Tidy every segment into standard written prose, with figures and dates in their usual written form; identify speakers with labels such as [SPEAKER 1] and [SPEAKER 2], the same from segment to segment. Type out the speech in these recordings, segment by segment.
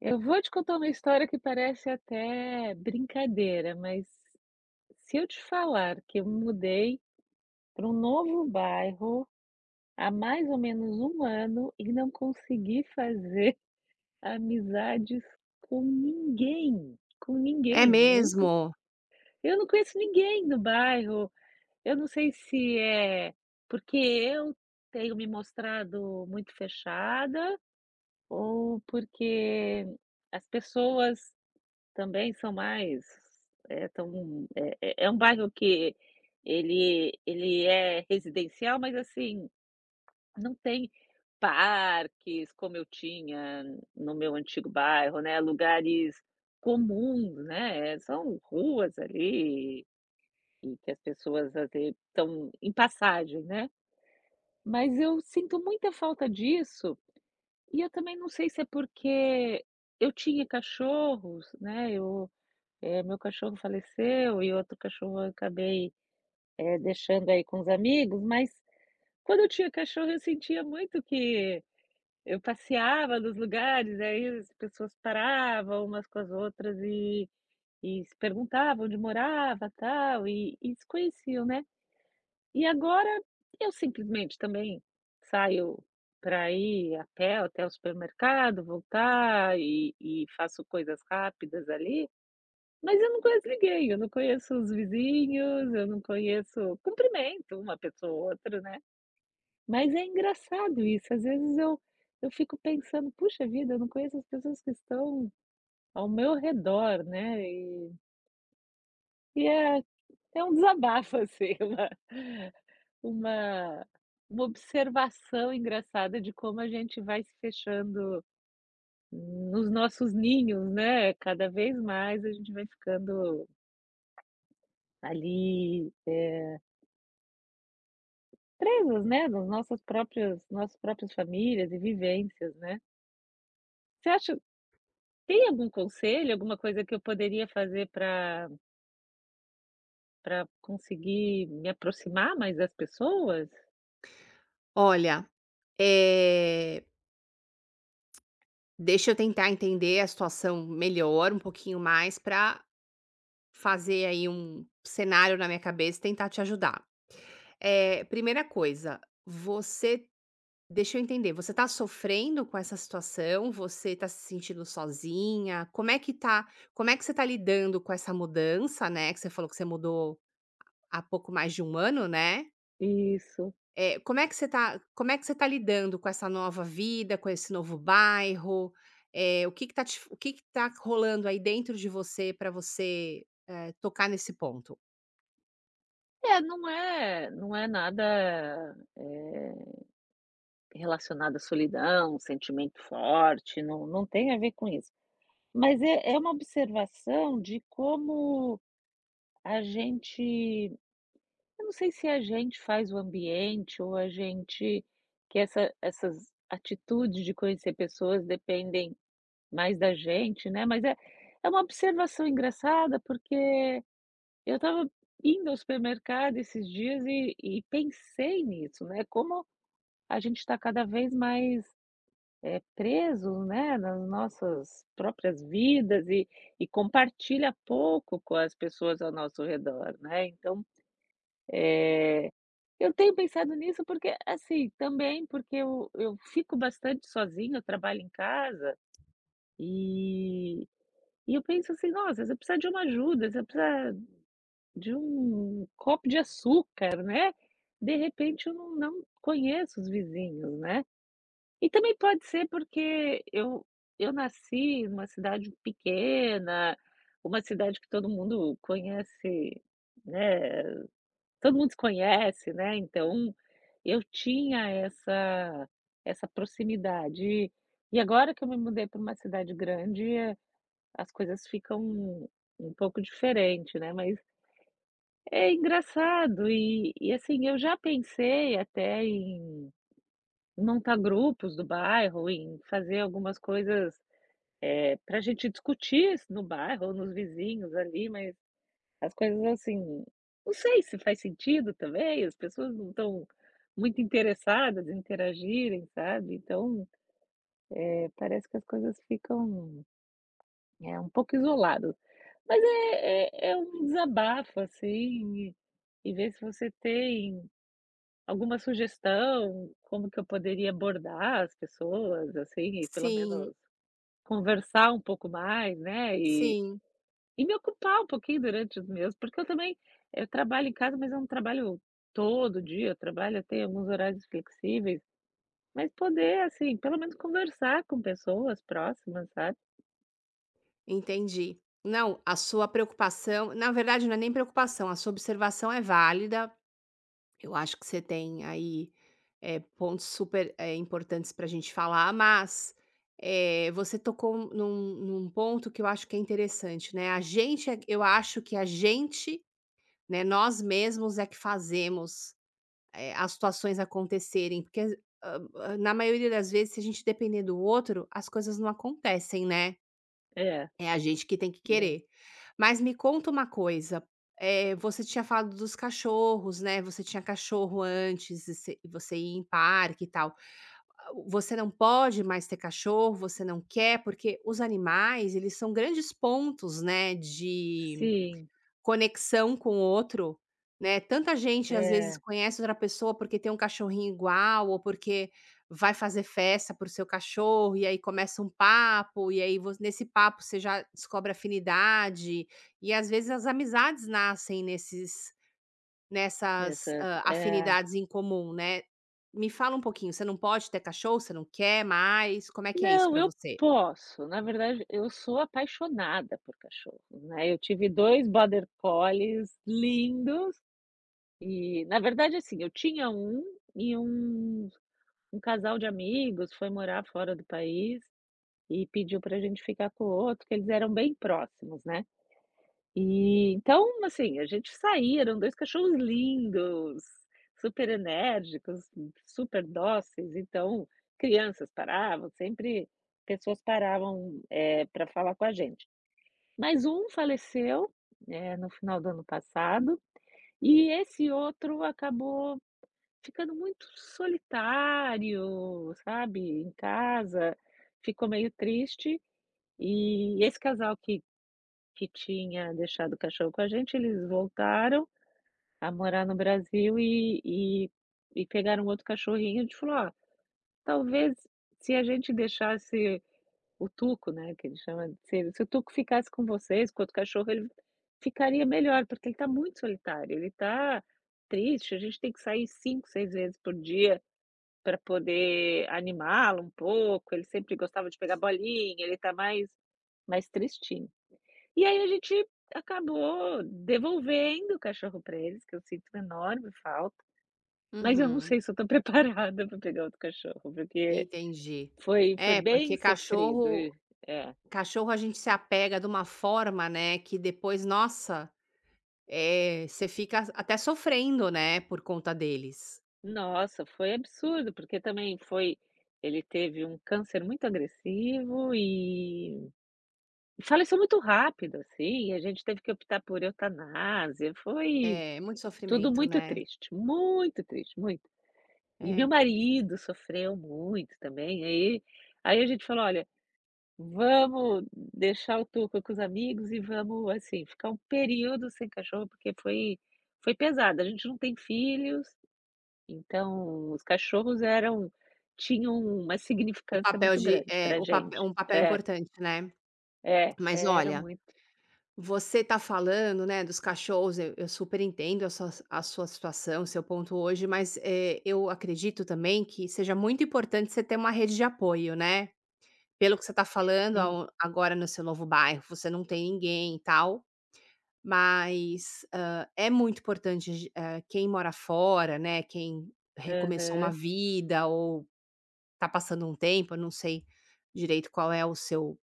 [SPEAKER 1] Eu vou te contar uma história que parece até brincadeira, mas se eu te falar que eu mudei para um novo bairro há mais ou menos um ano e não consegui fazer amizades com ninguém, com
[SPEAKER 2] É
[SPEAKER 1] ninguém. Eu não, co-
[SPEAKER 2] mesmo?
[SPEAKER 1] eu não conheço ninguém no bairro. Eu não sei se é porque eu tenho me mostrado muito fechada ou porque as pessoas também são mais... é tão é é é um bairro que ele é residencial, mas assim, não tem parques como eu tinha no meu antigo bairro, né, lugares comuns, né, são ruas ali e que as pessoas até estão em passagem, né. Mas eu sinto muita falta disso, e eu também não sei se é porque eu tinha cachorros, né, eu é meu cachorro faleceu e outro cachorro eu acabei, deixando aí com os amigos, mas quando eu tinha cachorro eu sentia muito que eu passeava nos lugares, aí as pessoas paravam umas com as outras e se perguntavam onde morava, tal, e se conheciam, né. E agora eu simplesmente também saio para ir a pé até o supermercado, voltar e faço coisas rápidas ali, mas eu não conheço ninguém, eu não conheço os vizinhos, eu não conheço, cumprimento uma pessoa ou outra, né. Mas é engraçado isso, às vezes eu fico pensando: "Puxa vida, eu não conheço as pessoas que estão ao meu redor", né, e é um desabafo, assim, uma uma observação engraçada de como a gente vai se fechando nos nossos ninhos, né, cada vez mais a gente vai ficando ali, presas, né, nas nossas próprias famílias e vivências, né. Você acha, tem algum conselho, alguma coisa que eu poderia fazer para conseguir me aproximar mais das pessoas?
[SPEAKER 2] Olha, eh, deixa eu tentar entender a situação melhor, um pouquinho mais, para fazer aí um cenário na minha cabeça e tentar te ajudar. Primeira coisa, você deixa eu entender, você tá sofrendo com essa situação? Você tá se sentindo sozinha? Como é que você tá lidando com essa mudança, né, que você falou que você mudou há pouco mais de um ano, né?
[SPEAKER 1] Isso.
[SPEAKER 2] Como é que você tá lidando com essa nova vida, com esse novo bairro? Eh, o que que tá rolando aí dentro de você para você, tocar nesse ponto?
[SPEAKER 1] É, não é nada, eh, relacionado à solidão, sentimento forte, não tem a ver com isso. Mas é uma observação de como a gente... Eu não sei se a gente faz o ambiente ou a gente, que essas atitudes de conhecer pessoas dependem mais da gente, né, mas é uma observação engraçada, porque eu estava indo ao supermercado esses dias e pensei nisso, né, como a gente está cada vez mais, preso, né, nas nossas próprias vidas e compartilha pouco com as pessoas ao nosso redor, né, então, é eu tenho pensado nisso porque, assim, também porque eu fico bastante sozinha, eu trabalho em casa, e eu penso assim: "Nossa, se eu precisar de uma ajuda, se eu precisar de um copo de açúcar, né, de repente eu não conheço os vizinhos, né". E também pode ser porque eu nasci numa cidade pequena, uma cidade que todo mundo conhece, né, todo mundo se conhece, né, então eu tinha essa proximidade. E agora que eu me mudei para uma cidade grande, as coisas ficam um pouco diferente, né, mas é engraçado e , assim, eu já pensei até em montar grupos do bairro, em fazer algumas coisas, para a gente discutir isso no bairro ou nos vizinhos ali, mas as coisas, assim, não sei se faz sentido também, as pessoas não estão muito interessadas em interagirem, sabe, então, parece que as coisas ficam, é, um pouco isoladas. Mas é um desabafo, assim, e ver se você tem alguma sugestão, como que eu poderia abordar as pessoas, assim, e pelo menos
[SPEAKER 2] Sim,
[SPEAKER 1] conversar um pouco mais, né, e
[SPEAKER 2] sim,
[SPEAKER 1] Me ocupar um pouquinho durante os meus, porque eu também eu trabalho em casa, mas eu não trabalho todo dia, eu trabalho até alguns horários flexíveis, mas poder, assim, pelo menos conversar com pessoas próximas, sabe.
[SPEAKER 2] entendi. Não, a sua preocupação na verdade não é nem preocupação, a sua observação é válida. Eu acho que você tem aí pontos super, importantes para a gente falar, mas, você tocou num num ponto que eu acho que é interessante, né, a gente é eu acho que a gente, né, nós mesmos é que fazemos, as situações acontecerem, porque, na maioria das vezes, se a gente depender do outro, as coisas não acontecem, né,
[SPEAKER 1] É,
[SPEAKER 2] é a gente que tem que
[SPEAKER 1] é.
[SPEAKER 2] querer. Mas me conta uma coisa, você tinha falado dos cachorros, né, você tinha cachorro antes e você ia em parque e tal. Você não pode mais ter cachorro, você não quer, porque os animais, eles são grandes pontos, né, de
[SPEAKER 1] Sim,
[SPEAKER 2] conexão com o outro, né. Tanta gente, às vezes,
[SPEAKER 1] é,
[SPEAKER 2] conhece outra pessoa porque tem um cachorrinho igual ou porque vai fazer festa para seu cachorro, e aí começa um papo, e aí vo nesse papo você já descobre afinidade, e às vezes as amizades nascem nesses Nessas,
[SPEAKER 1] nessas, é.
[SPEAKER 2] afinidades em comum, né. Me fala um pouquinho, você não pode ter cachorro? Você não quer mais? Como é que é isso
[SPEAKER 1] Não,
[SPEAKER 2] pra
[SPEAKER 1] eu
[SPEAKER 2] você?
[SPEAKER 1] posso, na verdade eu sou apaixonada por cachorro, né, eu tive 2 border collies lindos e, na verdade, assim, eu tinha um, e um... Um casal de amigos foi morar fora do país e pediu para a gente ficar com o outro, que eles eram bem próximos, né. E então, assim, a gente saía, eram dois cachorros lindos, super enérgicos, super dóceis, então crianças paravam, sempre pessoas paravam, para falar com a gente. Mas um faleceu, no final do ano passado, e esse outro acabou ficando muito solitário, sabe, em casa, ficou meio triste, e esse casal que tinha deixado o cachorro com a gente, eles voltaram a morar no Brasil e e pegaram outro cachorrinho, a gente falou: "Ó, talvez se a gente deixasse o Tuco", né, que ele chama, se o Tuco ficasse com vocês, com outro cachorro, ele ficaria melhor, porque ele está muito solitário, ele está triste, a gente tem que sair 5, 6 vezes por dia para poder animá-lo um pouco, ele sempre gostava de pegar bolinha, ele tá mais tristinho. E aí a gente acabou devolvendo o cachorro para eles, que eu sinto uma enorme falta, mas eu não
[SPEAKER 2] Uhum.
[SPEAKER 1] sei se eu tô preparada para pegar outro cachorro, porque
[SPEAKER 2] Entendi.
[SPEAKER 1] foi
[SPEAKER 2] É,
[SPEAKER 1] bem
[SPEAKER 2] porque
[SPEAKER 1] sofrido
[SPEAKER 2] cachorro
[SPEAKER 1] e é.
[SPEAKER 2] cachorro a gente se apega de uma forma, né, que depois, nossa, você fica até sofrendo, né, por conta deles.
[SPEAKER 1] Nossa, foi absurdo, porque também foi, ele teve um câncer muito agressivo e faleceu muito rápido, assim, e a gente teve que optar por eutanásia, foi
[SPEAKER 2] É, muito
[SPEAKER 1] tudo
[SPEAKER 2] sofrimento,
[SPEAKER 1] muito
[SPEAKER 2] né.
[SPEAKER 1] triste, muito triste, muito. E meu
[SPEAKER 2] É.
[SPEAKER 1] marido sofreu muito também, aí a gente falou: "Olha, vamos deixar o Tuca com os amigos e vamos, assim, ficar um período sem cachorro", porque foi pesado. A gente não tem filhos, então os cachorros eram, tinham uma
[SPEAKER 2] O
[SPEAKER 1] significância
[SPEAKER 2] papel
[SPEAKER 1] muito
[SPEAKER 2] de
[SPEAKER 1] grande
[SPEAKER 2] é,
[SPEAKER 1] pra
[SPEAKER 2] o papel
[SPEAKER 1] gente.
[SPEAKER 2] um papel
[SPEAKER 1] É,
[SPEAKER 2] importante, né.
[SPEAKER 1] é,
[SPEAKER 2] Mas
[SPEAKER 1] era
[SPEAKER 2] olha,
[SPEAKER 1] muito,
[SPEAKER 2] você tá falando, né, dos cachorros, eu super entendo a sua situação, seu ponto hoje, mas, eu acredito também que seja muito importante você ter uma rede de apoio, né. Pelo que você tá falando,
[SPEAKER 1] sim.
[SPEAKER 2] ao agora no seu novo bairro, você não tem ninguém e tal, mas, é muito importante quem mora fora, né, quem recomeçou uma
[SPEAKER 1] Aham,
[SPEAKER 2] vida ou tá passando um tempo, eu não sei direito qual é o seu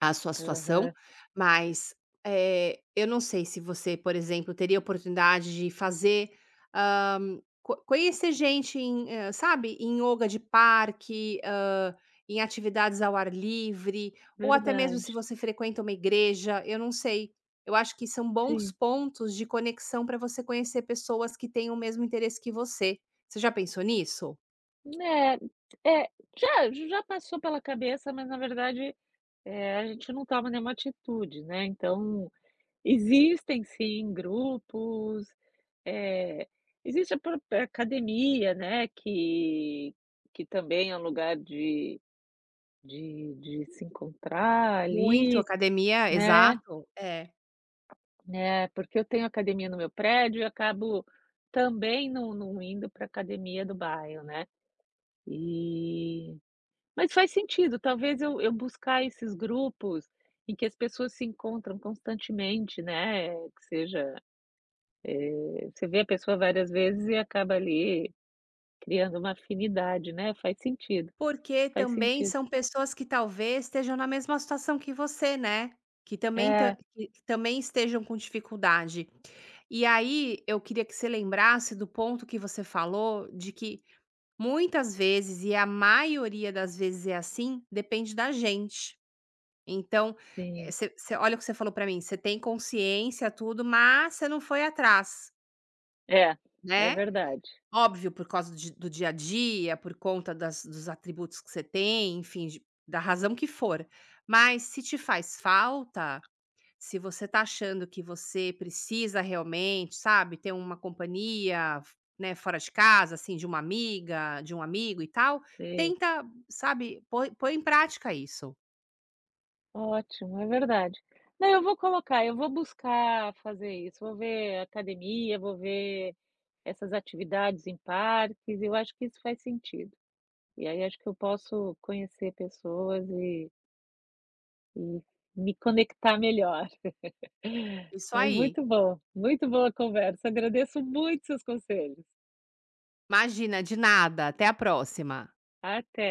[SPEAKER 2] a sua situação,
[SPEAKER 1] aham.
[SPEAKER 2] mas, eu não sei se você, por exemplo, teria oportunidade de fazer, co conhecer gente em, sabe, em yoga de parque, em atividades ao ar livre, ou até mesmo
[SPEAKER 1] Verdade.
[SPEAKER 2] se você frequenta uma igreja, eu não sei. Eu acho que são bons
[SPEAKER 1] Sim.
[SPEAKER 2] pontos de conexão para você conhecer pessoas que têm o mesmo interesse que você. Você já pensou nisso?
[SPEAKER 1] Né. É, já já passou pela cabeça, mas na verdade, a gente não toma nenhuma atitude, né, então existem, sim, grupos, eh, existe a própria academia, né, que também é um lugar de se encontrar
[SPEAKER 2] Muito,
[SPEAKER 1] ali,
[SPEAKER 2] academia,
[SPEAKER 1] né,
[SPEAKER 2] exato, é.
[SPEAKER 1] né, porque eu tenho academia no meu prédio e acabo também não indo para academia do bairro, né, e... Mas faz sentido, talvez eu buscar esses grupos em que as pessoas se encontram constantemente, né, que seja, você vê a pessoa várias vezes e acaba ali criando uma afinidade, né, faz sentido,
[SPEAKER 2] Porque
[SPEAKER 1] faz
[SPEAKER 2] também
[SPEAKER 1] sentido.
[SPEAKER 2] são pessoas que talvez estejam na mesma situação que você, né, que também
[SPEAKER 1] É,
[SPEAKER 2] estejam com dificuldade. E aí eu queria que você lembrasse do ponto que você falou de que muitas vezes, e a maioria das vezes é assim, depende da gente. Então,
[SPEAKER 1] sim.
[SPEAKER 2] você olha o que você falou para mim, você tem consciência, tudo, mas você não foi atrás,
[SPEAKER 1] É, é
[SPEAKER 2] né.
[SPEAKER 1] verdade.
[SPEAKER 2] Óbvio, por causa de do dia a dia, por conta das dos atributos que você tem, enfim, de da razão que for. Mas se te faz falta, se você tá achando que você precisa realmente, sabe, ter uma companhia, né, fora de casa, assim, de uma amiga, de um amigo e tal,
[SPEAKER 1] Sim.
[SPEAKER 2] tenta, sabe, põe em prática isso.
[SPEAKER 1] Ótimo, é verdade. Não, eu vou colocar, eu vou buscar fazer isso, vou ver academia, vou ver essas atividades em parques, eu acho que isso faz sentido. E aí acho que eu posso conhecer pessoas e e me conectar melhor.
[SPEAKER 2] Isso
[SPEAKER 1] Mas
[SPEAKER 2] aí.
[SPEAKER 1] muito bom, muito boa a conversa. Agradeço muito seus conselhos.
[SPEAKER 2] Imagina, de nada, até a próxima.
[SPEAKER 1] Até.